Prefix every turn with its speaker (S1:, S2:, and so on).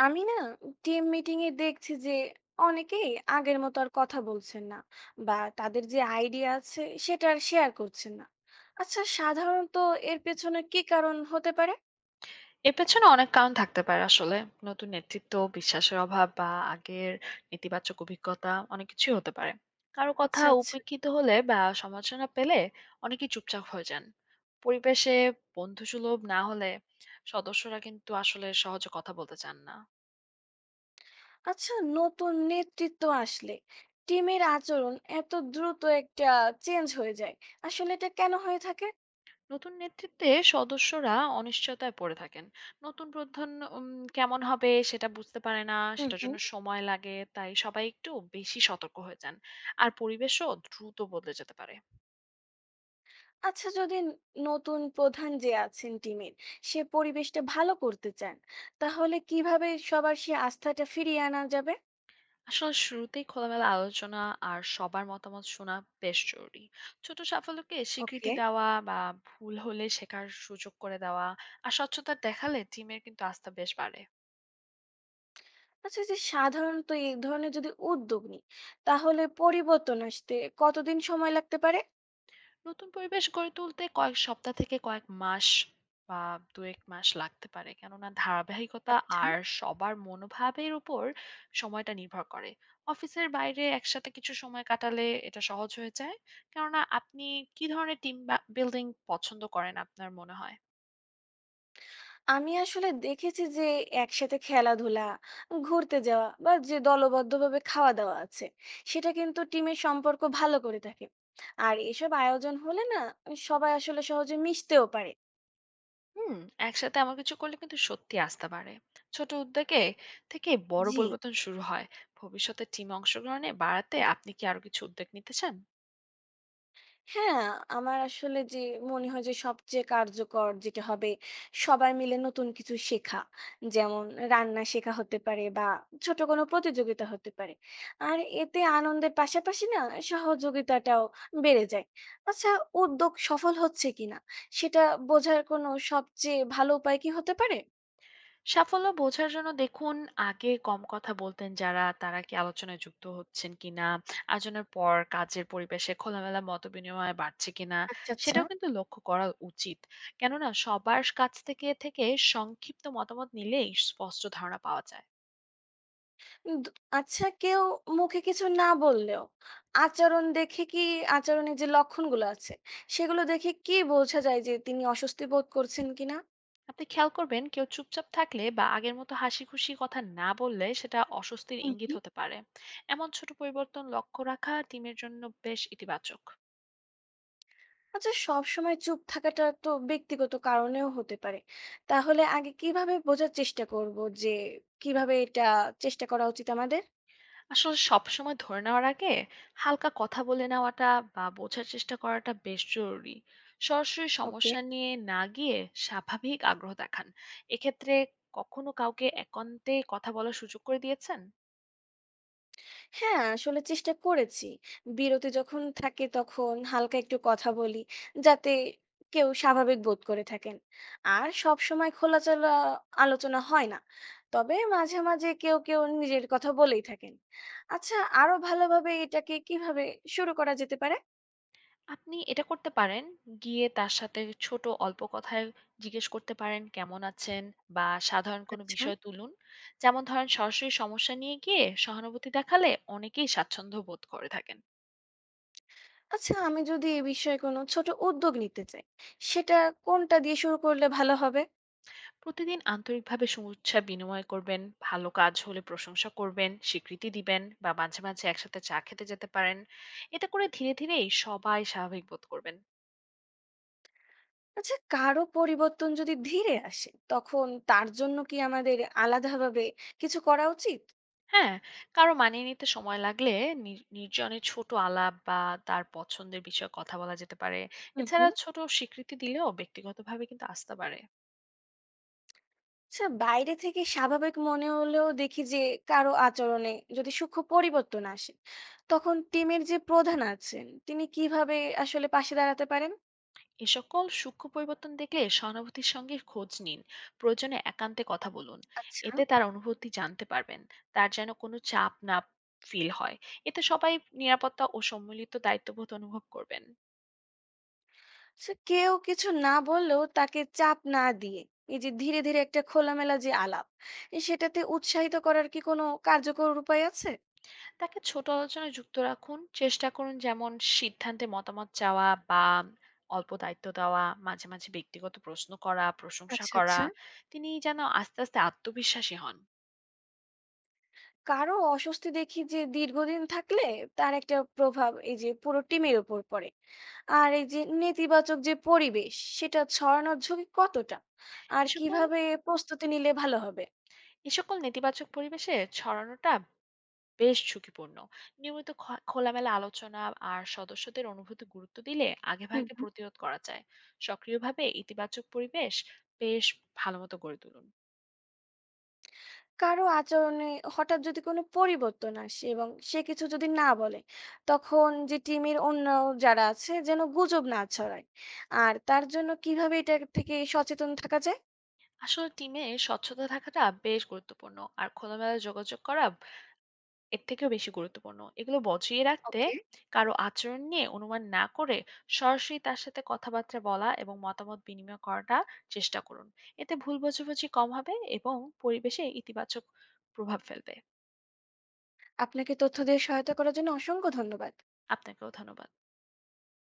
S1: আমি না, team meeting এ দেখছি যে অনেকেই আগের মতো আর কথা বলছেন না, বা তাদের যে আইডিয়া আছে সেটা আর শেয়ার করছেন না। আচ্ছা, সাধারণত এর পেছনে কি কারণ হতে পারে?
S2: এর পেছনে অনেক কারণ থাকতে পারে আসলে। নতুন নেতৃত্ব, বিশ্বাসের অভাব বা আগের নেতিবাচক অভিজ্ঞতা অনেক কিছুই হতে পারে। কারো কথা
S1: আচ্ছা, আচ্ছা,
S2: উপেক্ষিত হলে বা সমালোচনা পেলে অনেকেই চুপচাপ হয়ে যান। পরিবেশে বন্ধুসুলভ না হলে সদস্যরা কিন্তু আসলে সহজে কথা বলতে চান না।
S1: আচ্ছা, নতুন নেতৃত্ব আসলে টিমের আচরণ এত দ্রুত একটা চেঞ্জ হয়ে যায়, আসলে এটা কেন হয়ে থাকে?
S2: নতুন নেতৃত্বে সদস্যরা অনিশ্চয়তায় পড়ে থাকেন। নতুন প্রধান উম, কেমন হবে সেটা বুঝতে পারে না,
S1: হুম,
S2: সেটার
S1: হুম।
S2: জন্য সময় লাগে। তাই সবাই একটু বেশি সতর্ক হয়ে যান। আর পরিবেশও দ্রুত বদলে যেতে পারে।
S1: আচ্ছা, নতুন প্রধান যে আছেন টিমের, সে পরিবেশটা ভালো করতে চান, তাহলে কিভাবে সবার সে আস্থাটা ফিরিয়ে আনা যাবে?
S2: আসলে শুরুতেই খোলামেলা আলোচনা আর সবার মতামত শোনা বেশ জরুরি। ছোট সাফল্যকে স্বীকৃতি
S1: ওকে।
S2: দেওয়া বা ভুল হলে শেখার সুযোগ করে দেওয়া আর স্বচ্ছতা দেখালে টিমের কিন্তু আস্থা বেশ বাড়ে।
S1: আচ্ছা, এই যে সাধারণত এই ধরনের যদি উদ্যোগ নিই, তাহলে পরিবর্তন আসতে কতদিন সময় লাগতে পারে?
S2: নতুন পরিবেশ গড়ে তুলতে কয়েক সপ্তাহ থেকে কয়েক মাস বা দু এক মাস লাগতে পারে, কেননা ধারাবাহিকতা
S1: আচ্ছা।
S2: আর সবার মনোভাবের উপর সময়টা নির্ভর করে। অফিসের বাইরে একসাথে কিছু সময় কাটালে এটা সহজ হয়ে যায়। কেননা আপনি কি ধরনের টিম বিল্ডিং পছন্দ করেন আপনার মনে হয়?
S1: আমি আসলে দেখেছি যে একসাথে খেলাধুলা, ঘুরতে যাওয়া বা যে দলবদ্ধভাবে খাওয়া দাওয়া আছে, সেটা কিন্তু টিমের সম্পর্ক ভালো করে থাকে। আর এসব আয়োজন হলে না, সবাই আসলে সহজে মিশতেও পারে।
S2: হুম, একসাথে এমন কিছু করলে কিন্তু সত্যি আস্থা বাড়ে। ছোট উদ্যোগে থেকে বড়
S1: জি।
S2: পরিবর্তন শুরু হয়। ভবিষ্যতে টিম অংশগ্রহণে বাড়াতে আপনি কি আরো কিছু উদ্যোগ নিতে চান?
S1: হ্যাঁ, আমার আসলে যে মনে হয় যে সবচেয়ে কার্যকর যেটা হবে সবাই মিলে নতুন কিছু শেখা। যেমন রান্না শেখা হতে পারে বা ছোট কোনো প্রতিযোগিতা হতে পারে। আর এতে আনন্দের পাশাপাশি না সহযোগিতাটাও বেড়ে যায়। আচ্ছা, উদ্যোগ সফল হচ্ছে কিনা সেটা বোঝার কোনো সবচেয়ে ভালো উপায় কি হতে পারে?
S2: সাফল্য বোঝার জন্য দেখুন আগে কম কথা বলতেন যারা তারা কি আলোচনায় যুক্ত হচ্ছেন কিনা, আলোচনার পর কাজের পরিবেশে খোলামেলা মত বিনিময় বাড়ছে কিনা
S1: আচ্ছা, আচ্ছা।
S2: সেটাও কিন্তু লক্ষ্য করা উচিত। কেননা সবার কাছ থেকে থেকে সংক্ষিপ্ত মতামত নিলেই স্পষ্ট ধারণা পাওয়া যায়।
S1: দু আচ্ছা, কেউ মুখে কিছু না বললেও আচরণ দেখে কি, আচরণের যে লক্ষণগুলো আছে সেগুলো দেখে কি বোঝা যায় যে তিনি অস্বস্তি বোধ করছেন কিনা?
S2: আপনি খেয়াল করবেন, কেউ চুপচাপ থাকলে বা আগের মতো হাসি খুশি কথা না বললে সেটা অস্বস্তির
S1: হু,
S2: ইঙ্গিত
S1: হু।
S2: হতে পারে। এমন ছোট পরিবর্তন লক্ষ্য রাখা টিমের জন্য বেশ ইতিবাচক।
S1: আচ্ছা, সবসময় চুপ থাকাটা তো ব্যক্তিগত কারণেও হতে পারে। তাহলে আগে কিভাবে বোঝার চেষ্টা করব, যে কিভাবে এটা চেষ্টা করা উচিত আমাদের?
S2: আসলে সবসময় ধরে নেওয়ার আগে হালকা কথা বলে নেওয়াটা বা বোঝার চেষ্টা করাটা বেশ জরুরি। সরাসরি
S1: ওকে।
S2: সমস্যা নিয়ে না গিয়ে স্বাভাবিক আগ্রহ দেখান। এক্ষেত্রে কখনো কাউকে একান্তে কথা বলার সুযোগ করে দিয়েছেন?
S1: হ্যাঁ, আসলে চেষ্টা করেছি। বিরতি যখন থাকে তখন হালকা একটু কথা বলি, যাতে কেউ স্বাভাবিক বোধ করে থাকেন। আর সবসময় খোলাচলা আলোচনা হয় না। তবে মাঝে, মাঝে কেউ, কেউ নিজের কথা বলেই থাকেন। আচ্ছা, আরো ভালোভাবে এটাকে কিভাবে শুরু করা যেতে পারে?
S2: আপনি এটা করতে পারেন, গিয়ে তার সাথে ছোট অল্প কথায় জিজ্ঞেস করতে পারেন, "কেমন আছেন?" বা সাধারণ কোনো
S1: আচ্ছা।
S2: বিষয় তুলুন। যেমন ধরেন, সরাসরি সমস্যা নিয়ে গিয়ে সহানুভূতি দেখালে অনেকেই স্বাচ্ছন্দ্য বোধ করে থাকেন।
S1: আচ্ছা, আমি যদি এ বিষয়ে কোনো ছোট উদ্যোগ নিতে চাই, সেটা কোনটা দিয়ে শুরু করলে ভালো হবে?
S2: প্রতিদিন আন্তরিকভাবে শুভেচ্ছা বিনিময় করবেন, ভালো কাজ হলে প্রশংসা করবেন, স্বীকৃতি দিবেন বা মাঝে, মাঝে একসাথে চা খেতে যেতে পারেন। এতে করে ধীরে, ধীরেই সবাই স্বাভাবিক বোধ করবেন।
S1: আচ্ছা, কারো পরিবর্তন যদি ধীরে আসে তখন তার জন্য কি আমাদের আলাদাভাবে কিছু করা উচিত?
S2: হ্যাঁ, কারো মানিয়ে নিতে সময় লাগলে নির্জনে ছোট আলাপ বা তার পছন্দের বিষয়ে কথা বলা যেতে পারে।
S1: হুম,
S2: এছাড়া
S1: হুম।
S2: ছোট স্বীকৃতি দিলেও ব্যক্তিগতভাবে কিন্তু আস্থা বাড়ে।
S1: আচ্ছা, বাইরে থেকে স্বাভাবিক মনে হলেও দেখি যে কারো আচরণে যদি সূক্ষ্ম পরিবর্তন আসে, তখন টিমের যে প্রধান আছেন তিনি কিভাবে আসলে পাশে দাঁড়াতে পারেন?
S2: এ সকল সূক্ষ্ম পরিবর্তন দেখলে সহানুভূতির সঙ্গে খোঁজ নিন। প্রয়োজনে একান্তে কথা বলুন।
S1: আচ্ছা।
S2: এতে তার অনুভূতি জানতে পারবেন। তার যেন কোনো চাপ না ফিল হয়। এতে সবাই নিরাপত্তা ও সম্মিলিত দায়িত্ববোধ অনুভব করবেন।
S1: আচ্ছা, কেউ কিছু না বললেও তাকে চাপ না দিয়ে এই যে ধীরে ধীরে একটা খোলামেলা যে আলাপ, এ সেটাতে উৎসাহিত করার কি কোনো কার্যকর উপায় আছে?
S2: তাকে ছোট আলোচনায় যুক্ত রাখুন। চেষ্টা করুন, যেমন সিদ্ধান্তে মতামত চাওয়া বা অল্প দায়িত্ব দেওয়া, মাঝে, মাঝে ব্যক্তিগত প্রশ্ন করা, প্রশংসা
S1: আচ্ছা,
S2: করা।
S1: আচ্ছা।
S2: তিনি যেন আস্তে, আস্তে আত্মবিশ্বাসী হন।
S1: কারো অস্বস্তি দেখি যে দীর্ঘদিন থাকলে, তার একটা প্রভাব এই যে পুরো টিমের উপর পড়ে, আর এই যে নেতিবাচক যে পরিবেশ সেটা ছড়ানোর ঝুঁকি কতটা,
S2: এ
S1: আর
S2: সকল
S1: কিভাবে প্রস্তুতি নিলে ভালো হবে?
S2: এ সকল নেতিবাচক পরিবেশে ছড়ানোটা বেশ ঝুঁকিপূর্ণ। নিয়মিত খোলামেলা আলোচনা আর সদস্যদের অনুভূতি গুরুত্ব দিলে
S1: হুম,
S2: আগেভাগে
S1: হুম।
S2: প্রতিরোধ করা যায়। সক্রিয়ভাবে ইতিবাচক পরিবেশ বেশ ভালোমতো গড়ে তুলুন।
S1: কারো আচরণে হঠাৎ যদি কোনো পরিবর্তন আসে এবং সে কিছু যদি না বলে, তখন যে টিমের অন্য যারা আছে যেন গুজব না ছড়ায়, আর তার জন্য কিভাবে এটা থেকে সচেতন থাকা যায়?
S2: আসলে টিমে স্বচ্ছতা থাকাটা বেশ গুরুত্বপূর্ণ, আর খোলামেলা যোগাযোগ করা এর থেকেও বেশি গুরুত্বপূর্ণ এগুলো বজিয়ে রাখতে।
S1: ওকে।
S2: কারো আচরণ নিয়ে অনুমান না করে সরাসরি তার সাথে কথাবার্তা বলা এবং মতামত বিনিময় করাটা চেষ্টা করুন। এতে ভুল বোঝাবুঝি কম হবে এবং পরিবেশে ইতিবাচক প্রভাব ফেলবে।
S1: আপনাকে তথ্য দিয়ে সহায়তা করার জন্য অসংখ্য ধন্যবাদ।
S2: আপনাকেও ধন্যবাদ।